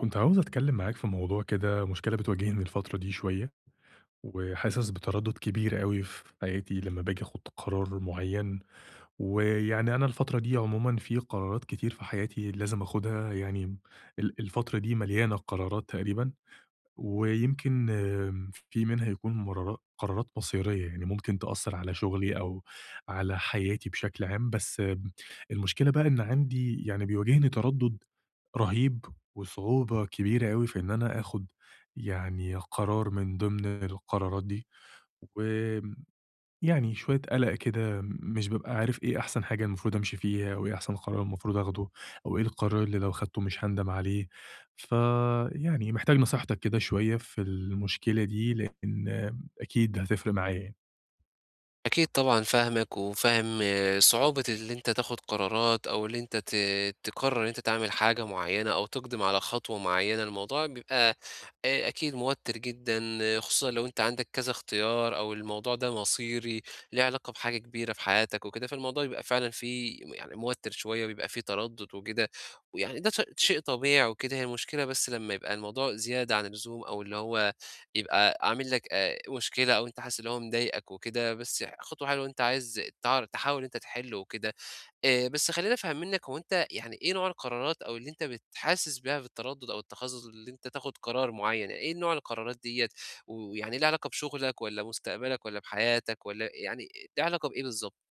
كنت عاوز أتكلم معاك في موضوع كده، مشكلة بتواجهني الفترة دي شوية، وحاسس بتردد كبير أوي في حياتي لمّا باجي آخد قرار معين، ويعني أنا الفترة دي عمومًا في قرارات كتير في حياتي لازم آخدها. يعني الفترة دي مليانة قرارات تقريبًا، ويمكن في منها يكون مرارا قرارات مصيرية، يعني ممكن تأثّر على شغلي أو على حياتي بشكل عام، بس المشكلة بقى إن عندي يعني بيواجهني تردد رهيب، وصعوبة كبيرة أوي في إن أنا آخُد يعني قرار من ضمن القرارات دي، وآمم، يعني شوية قَلَق كده مش بابقى عارف إيه أحسن حاجة المفروض أمشي فيها، أو إيه أحسن قرار المفروض آخده، أو إيه القرار اللي لو خدته مش هاندم عليه. فيعني محتاج نصيحتك كده شوية في المشكلة دي، لإن أكيد هتفرق معايا يعني. أكيد طبعًا فاهمك، وفاهم صعوبة اللي أنت تاخد قرارات أو اللي أنت تقرر إن أنت تعمل حاجة معيّنة أو تقدم على خطوة معيّنة، الموضوع بيبقى أكيد موتّر جدًا، خصوصًا لو أنت عندك كذا اختيار أو الموضوع ده مصيري، ليه علاقة بحاجة كبيرة في حياتك وكده، فالموضوع بيبقى فعلًا فيه يعني موتّر شوية وبيبقى فيه تردد وكده، ويعني ده شيء طبيعي وكده. هي المشكلة بس لمّا يبقى الموضوع زيادة عن اللزوم أو اللي هو يبقى عامل لك مشكلة أو أنت حاسس اللي هو مضايقك وكده، بس خطوة حلوة إن أنت عايز تحاول إن أنت تحلّه وكده. بس خلّيني أفهم منّك، هو أنت يعني إيه نوع القرارات أو اللي أنت حاسس بيها بالتردُّد أو التخاذُل اللي أنت تاخُد قرار معيّن، يعني إيه نوع القرارات ديّة ويعني ليه علاقة بشُغلك والّا مستقبلك والّا بحياتك والّا يعني ليه علاقة بإيه بالضبط؟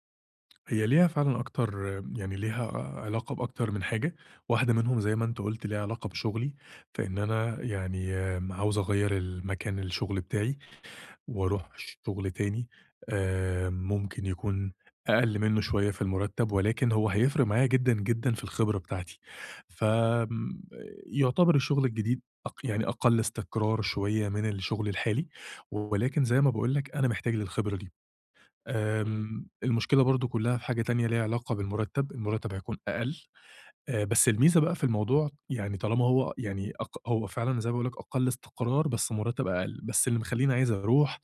هي ليها فعلًا أكتر، يعني ليها علاقة بأكتر من حاجة. واحدة منهم زي ما أنت قُلت ليها علاقة بشغلي، فإن أنا يعني عاوز أغيّر المكان الشغل بتاعي وأروح شغل تاني ممكن يكون أقل منّه شوية في المرتب، ولكن هو هيفرق معايا جدًا، جدًا في الخبرة بتاعتي. فآمم، يعتبر الشغل الجديد يعني أقل استقرار شوية من الشغل الحالي، ولكن زي ما باقول لك أنا محتاج للخبرة دي. إمم. المشكلة برضه كلّها في حاجة تانية ليها علاقة بالمرتّب، المرتّب هيكون أقل. بس الميزة بقى في الموضوع، يعني طالما هو يعني هو فعلًا زي ما باقول لك أقل استقرار بس مرتّب أقل، بس اللي مخلّيني عايز أروح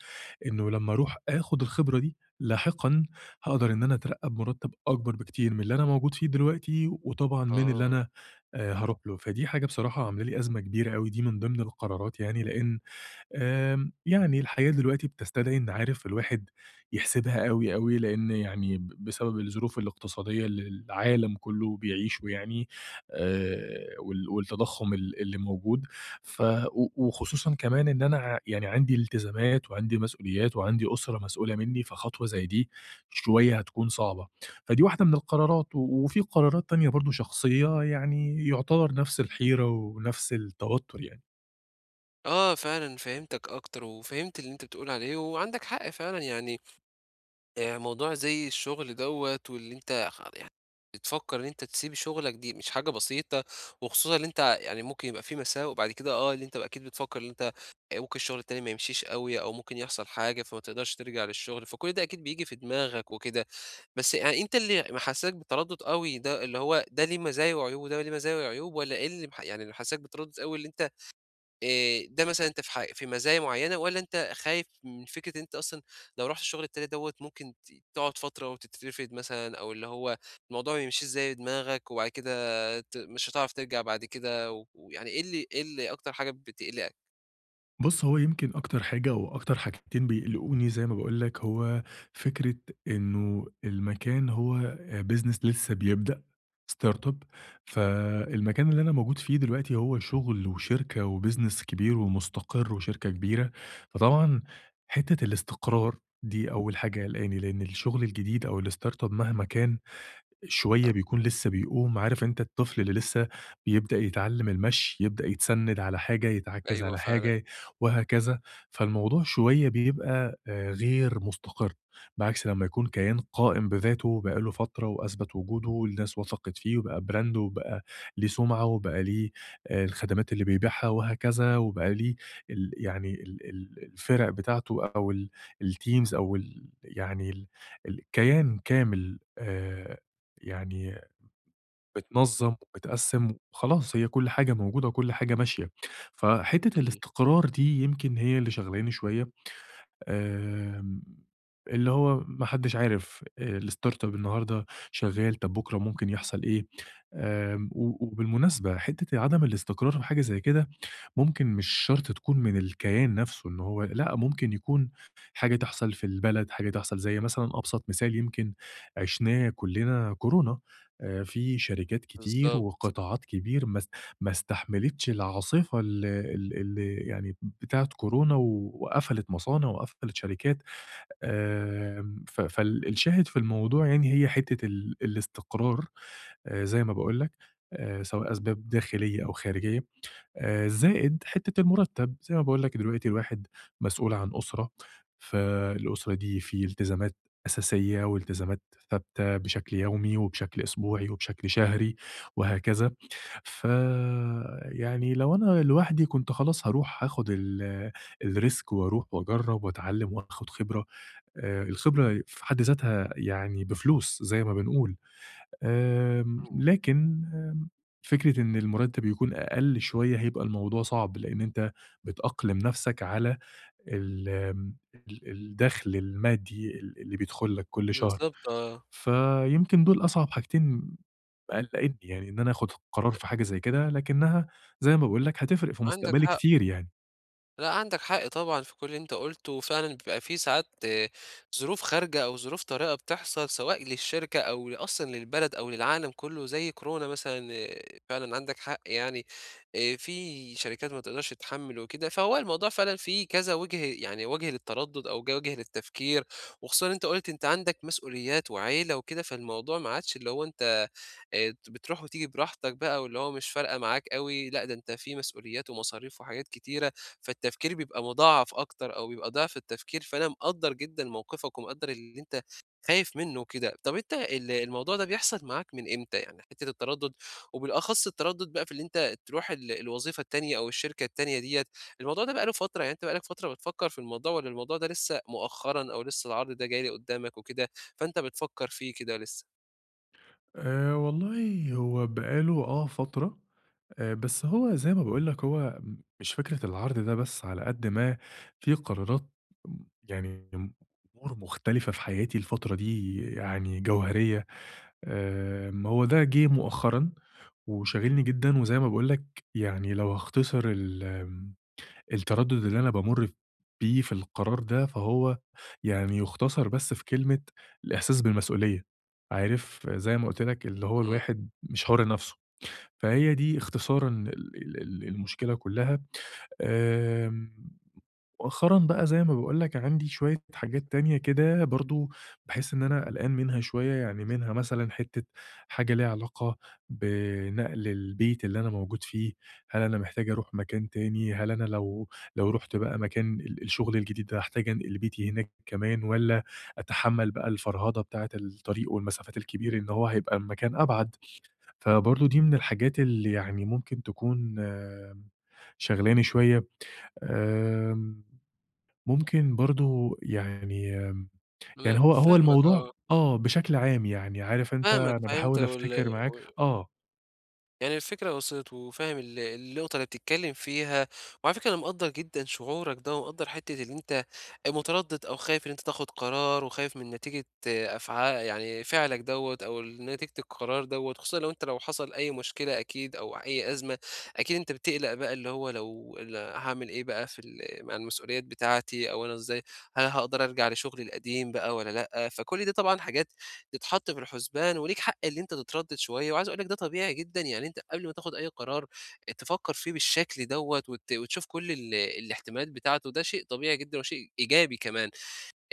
إنه لمّا أروح آخُد الخبرة دي لاحقًا، هاقدر إن أنا أترقّى بمرتّب أكبر بكتير من اللي أنا موجود فيه دلوقتي، وطبعًا من اللي آه. أنا هاروح له. فدي حاجة بصراحة عاملة لي أزمة كبيرة أوي، دي من ضمن القرارات، يعني لإن يعني الحياة دلوقتي بتستدعي إن، عارف، الواحد يحسبها أوي، أوي، لإن يعني بسبب الظروف الاقتصادية اللي العالم كله بيعيشه، يعني والتضخُّم اللي موجود، ف و وخصوصًا كمان إن أنا يعني عندي التزامات وعندي مسؤوليات وعندي أسرة مسؤولة منّي، فخطوة زي دي شوية هتكون صعبة. فدي واحدة من القرارات، وفي قرارات تانية برضه شخصية، يعني يُعتبر نفس الحيرة ونفس التوتُّر يعني. آه فعلًا فهمتك أكتر وفهمت اللي أنت بتقول عليه، وعندك حق فعلًا يعني موضوع زي الشغل دوّة واللي أنت يعني بتفكّر إن أنت تسيب شغلك دي مش حاجة بسيطة، وخصوصًا إن أنت يعني ممكن يبقى في مساوئ، وبعد كده اللي أنت أكيد بتفكّر إن أنت ممكن الشغل التاني ما يمشيش أوي، أو ممكن يحصل حاجة فما تقدرش ترجع للشغل، فكل ده أكيد بييجي في دماغك وكده. بس يعني أنت اللي محسّسك بتردُّد أوي ده، اللي هو ده ليه مزايا وعيوب وده ليه مزايا وعيوب، والّا إيه اللي يعني اللي محسّسك بتردُّد أوي اللي أنت، ده مثلًا أنت في في مزايا معيّنة، والّا أنت خايف من فكرة إن أنت أصلًا لو رُحت الشغل التاني دوّة ممكن تقعد فترة وتترفد مثلًا، أو اللي هو الموضوع ما يمشيش زي دماغك، وبعد كده مش هتعرف ترجع بعد كده؟ ويعني إيه اللي أكتر حاجة بتقلقك؟ بُص، هو يمكن أكتر حاجة أو أكتر حاجتين بيقلقوني زي ما باقول لك، هو فكرة إنه المكان هو business لسه بيبدأ startup. فالمكان اللي أنا موجود فيه دلوقتي هو شغل وشركة وbusiness كبير ومستقر وشركة كبيرة، فطبعًا حتّة الاستقرار دي أول حاجة قلقاني، لإن الشغل الجديد أو الstartup مهما كان آه. شوية بيكون لسه بيقوم. عارف أنت الطفل اللي لسه بيبدأ يتعلّم المشي، يبدأ يتسنّد على حاجة، يتعكّز أيوه على فعلًا. حاجة وهكذا، فالموضوع شوية بيبقى غير مستقر، بعكس لمّا يكون كيان قائم بذاته بقى له فترة وأثبت وجوده والناس وثقت فيه وبقى brand، وبقى ليه سُمعة وبقى ليه الخدمات اللي بيبيعها وهكذا، وبقى ليه ال يعني ال ال الفِرَق بتاعته، أو الteams، أو ال يعني ال الكيان كامل، يعني بتنظّم وبتقسّم وخلاص هي كل حاجة موجودة وكل حاجة ماشية. فحتّة إمم. الاستقرار دي يمكن هي اللي شاغلاني شوية. آمم، اللي هو ما حدّش عارف الstartup النهارده شغّال، طَب بُكرة ممكن يحصل إيه؟ آمم و وبالمناسبة حتّة عدم الاستقرار في حاجة زي كده، ممكن مش شرط تكون من الكيان نَفْسه، إن هو لأ، ممكن يكون حاجة تحصل في البلد، حاجة تحصل زي مثلًا أبسط مثال، يمكن عِشناه كُلّنا كورونا. في شركات كتير بالضبط. وقطاعات كبير ما استحملتش العاصفة ال ال اللي يعني بتاعة كورونا، وقفلت مصانع وقفلت شركات. آمم، ف فالشاهد في الموضوع، يعني هي حتّة الاستقرار، زي ما باقول لك، سواء أسباب داخلية أو خارجية، زائد حتّة المرتب، زي ما باقول لك دلوقتي الواحد مسؤول عن أسرة، فالأسرة دي في التزامات أساسية والتزامات ثابتة بشكل يومي وبشكل أسبوعي وبشكل شهري وهكذا. ف يعني لو أنا لوحدي كنت خلاص هاروح هاخد الrisk وأروح وأجرّب وأتعلّم وآخد خبرة. الخبرة في حد ذاتها يعني بفلوس زي ما بنقول. لكن فكرة إن المُرتّب يكون أقل شوية هيبقى الموضوع صعب، لإن أنت بتأقلم نَفْسك على ال آمم ال الدَخْل المادي اللي بيدخُل لك كل شهر. بالضبط، آه، فيمكن دول أصعب حاجتين مقلّقني، يعني إن أنا آخُد قرار في حاجة زي كده، لكنّها زي ما باقول لك هتفرق في عندك مستقبلي حق. كتير يعني. لأ، عندك حق طبعًا في كل اللي أنت قُلته، وفعلًا بيبقى في ساعات ظروف خارجة أو ظروف طارئة بتحصل سواء للشركة أو أصلًا للبلد أو للعالم كله زي كورونا مثلًا. فعلًا عندك حق يعني في شركات ما تقدرش تتحمّل وكده، فهو الموضوع فعلًا فيه كذا وِجه، يعني وجه للتردد أو وجه للتفكير، وخصوصًا أنت قُلت أنت عندك مسؤوليات وعيلة وكده، فالموضوع ما عادش اللي هو أنت بتروح وتيجي براحتك بقى واللي هو مش فارقة معاك أوي، لأ، ده أنت في مسؤوليات ومصاريف وحاجات كتيرة. فالتفكير بيبقى مضاعف أكتر أو بيبقى ضعف التفكير، فأنا مقدّر جدًا موقفك ومقدّر اللي أنت خايف منه وكده. طب أنت الموضوع ده بيحصل معاك من إمتى؟ يعني حتّة التردُّد، وبالأخص التردُّد بقى في اللي أنت تروح الوظيفة التانية أو الشركة التانية ديّة، الموضوع ده بقى له فترة، يعني أنت بقى لك فترة بتفكّر في الموضوع، والّا الموضوع ده لسّه مؤخرًا أو لسّه العرض ده جاي قدّامك وكده، فأنت بتفكّر فيه كده لسّه؟ والله هو بقى له فترة. بس هو زي ما باقول لك هو مش فكرة العرْض ده بس، على قد ما في قرارات، م يعني أمور مختلفة في حياتي الفترة دي يعني جوهرية. هو ده جِه مؤخرًا وشاغلني جدًا، وزي ما باقول لك يعني لو هاختصر ال آمم التردد اللي أنا بامُر بيه في القرار ده، فهو يعني يُختصر بس في كلمة الإحساس بالمسؤولية. عارف زي ما قُلت لك اللي هو إمم. الواحد مش حُر نَفْسه، فهي دي اختصارًا ال ال ال المشكلة كُلّها. آمم مؤخرًا بقى زي ما باقول لك عندي شوية حاجات تانية كده برضه باحس إن أنا قلقان منها شوية، يعني منها مثلًا حتّة حاجة ليها علاقة بنقل البيت اللي أنا موجود فيه. هل أنا محتاج أروح مكان تاني، هل أنا لو لو رُحت بقى مكان الشغل الجديد ده هاحتاج أنقل بيتي هناك كمان، والّا أتحمّل بقى الفرهدة بتاعة الطريق والمسافات الكبيرة إن هو هيبقى المكان أبعد. فبرضه دي من الحاجات اللي يعني ممكن تكون شاغلاني شوية. آمم ممكن برضه يعني يعني أنا هو هو فاهمك، الموضوع آه. بشكل عام يعني، عارف أنت، فاهمك، أنا فهمت باحاول أفتكر معاك. يعني الفكرة وصلت، وفاهم النقطة اللي بتتكلّم فيها، وعلى فكرة أنا مقدّر جدًا شعورك ده، ومقدّر حتّة اللي أنت متردّد أو خايف إن أنت تاخُد قرار، وخايف من نتيجة يعني فعلك دوّة أو نتيجة القرار دوّة. خصوصًا لو أنت لو حصل أي مشكلة أكيد أو أي أزمة، أكيد أنت بتقلق بقى اللي هو لو هاعمل إيه بقى في مع المسؤوليات بتاعتي، أو أنا إزاي هل هاقدر أرجع لشُغلي القديم بقى والّا لأ، فكل دي طبعًا حاجات تتحط في الحسبان، وليك حق اللي أنت تتردد شوية. وعايز أقول لك ده طبيعي جدًا، يعني أنت قبل ما تاخد أي قرار تفكّر فيه بالشكل دوّة وتشوف كل الاحتمالات بتاعته، ده شيء طبيعي جدًا وشيء إيجابي كمان.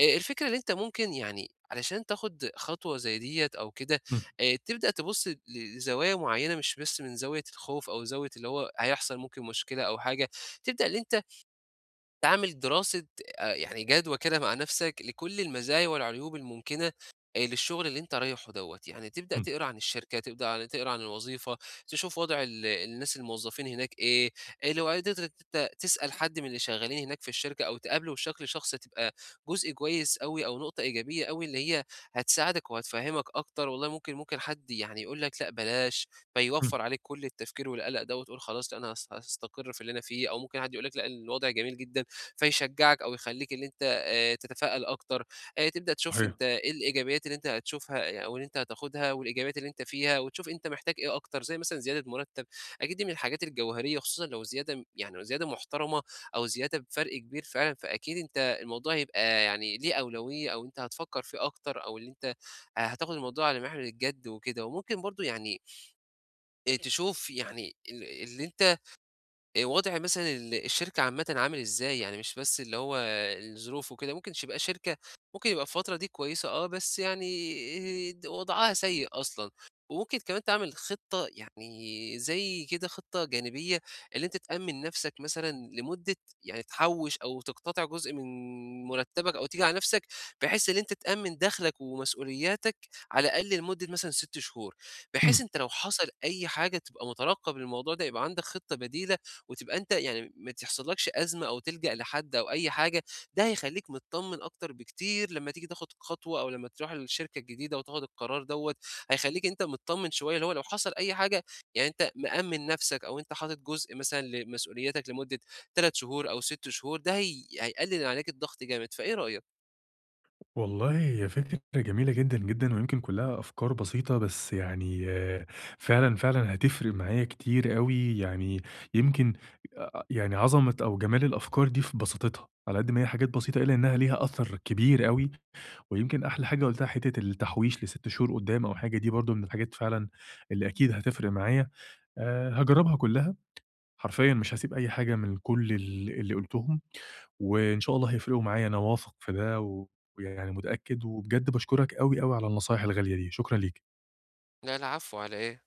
الفكرة اللي أنت ممكن يعني علشان تاخد خطوة زي ديّة أو كده، إمم. تبدأ تبُص لزوايا معيّنة، مش بس من زاوية الخوف أو زاوية اللي هو هيحصل ممكن مشكلة أو حاجة، تبدأ اللي أنت تعمل دراسة يعني جدوى كده مع نَفْسك لكل المزايا والعيوب الممكنة للشغل اللي أنت رايحه دوّة، يعني تبدأ إمم. تقرا عن الشركة، تبدأ تقرا عن الوظيفة، تشوف وضع الناس الموظفين هناك إيه. لو قدرت إن أنت تسأل حد من اللي شغالين هناك في الشركة أو تقابله بشكل شخصي، هتبقى جزء كويس أوي أو نقطة إيجابية أوي اللي هي هتساعدك وهتفهّمك أكتر. والله ممكن ممكن حد يعني يقول لك لأ بلاش، إمم. فيوفّر عليك كل التفكير والقلق دوّة، تقول خلاص لأ أنا هاستقر في اللي أنا فيه، أو ممكن حد يقول لك لأ الوضع جميل جدًا، فيشجعك أو يخلّيك اللي أنت تتفائّل أكتر. تبدأ تشوف صحيح. أنت إيه الإيجابيات اللي أنت هتشوفها يعني، أو اللي أنت هتاخدها والإيجابيات اللي أنت فيها، وتشوف أنت محتاج إيه أكتر، زي مثلًا زيادة مرتّب، أكيد دي من الحاجات الجوهرية. خصوصًا لو زيادة يعني لو زيادة محترمة أو زيادة بفرق كبير فعلًا، فأكيد أنت الموضوع هيبقى يعني ليه أولوية، أو أنت هتفكّر فيه أكتر، أو اللي أنت هتاخد الموضوع على محمل الجد وكده. وممكن برضه يعني تشوف يعني اللي أنت وضع مثلًا الشركة عامةً عامل إزاي؟ يعني مش بس اللي هو الظروف وكده، ممكن تبقى شركة ممكن يبقى الفترة دي كويسة، آه، بس يعني إيه وضعها سيء أصلًا. وممكن كمان تعمل خطة، يعني زي كده خطة جانبية، اللي أنت تأمِّن نَفْسك مثلًا لمدة، يعني تحوِّش أو تقتطع جزء من مرتبك أو تيجي على نَفْسك، بحيث إن أنت تأمِّن دخلك ومسؤولياتك على الأقل لمدة مثلًا 6 شهور، بحيث أنت لو حصل أي حاجة تبقى مترقب للموضوع ده، يبقى عندك خطة بديلة، وتبقى أنت يعني ما تحصلكش أزمة أو تلجأ لحد أو أي حاجة. ده هيخلّيك متطمن أكتر بكتير لمّا تيجي تاخد خطوة، أو لمّا تروح للشركة الجديدة وتاخد القرار دوّة، هيخلّيك أنت متطمن شوية، اللي هو لو حصل أي حاجة يعني أنت مأمِّن نفسك، أو أنت حاطط جزء مثلًا لمسؤولياتك لمدة 3 شهور أو 6 شهور، ده هي هيقلل عليك الضغط جامد، فإيه رأيك؟ والله هي فكرة جميلة جدًا، جدًا، ويمكن كلّها أفكار بسيطة، بس يعني فعلًا، فعلًا هتفرق معايا كتير أوي. يعني يمكن يعني عظمة أو جمال الأفكار دي في بساطتها، على قد ما هي حاجات بسيطة إلا إنها ليها أثر كبير أوي. ويمكن أحلى حاجة قُلتها حتّة التحويش ل6 شهور قدّام أو حاجة، دي برضه من الحاجات فعلًا اللي أكيد هتفرق معايا. هاجرّبها كلّها حرفيًا، مش هاسيب أي حاجة من كل اللي قُلتهم، وإن شاء الله هيفرقوا معايا، أنا واثق في ده، ويعني متأكد، وبجد باشكرك أوي، أوي على النصايح الغالية دي. شكرًا ليك. لا العفو، على إيه؟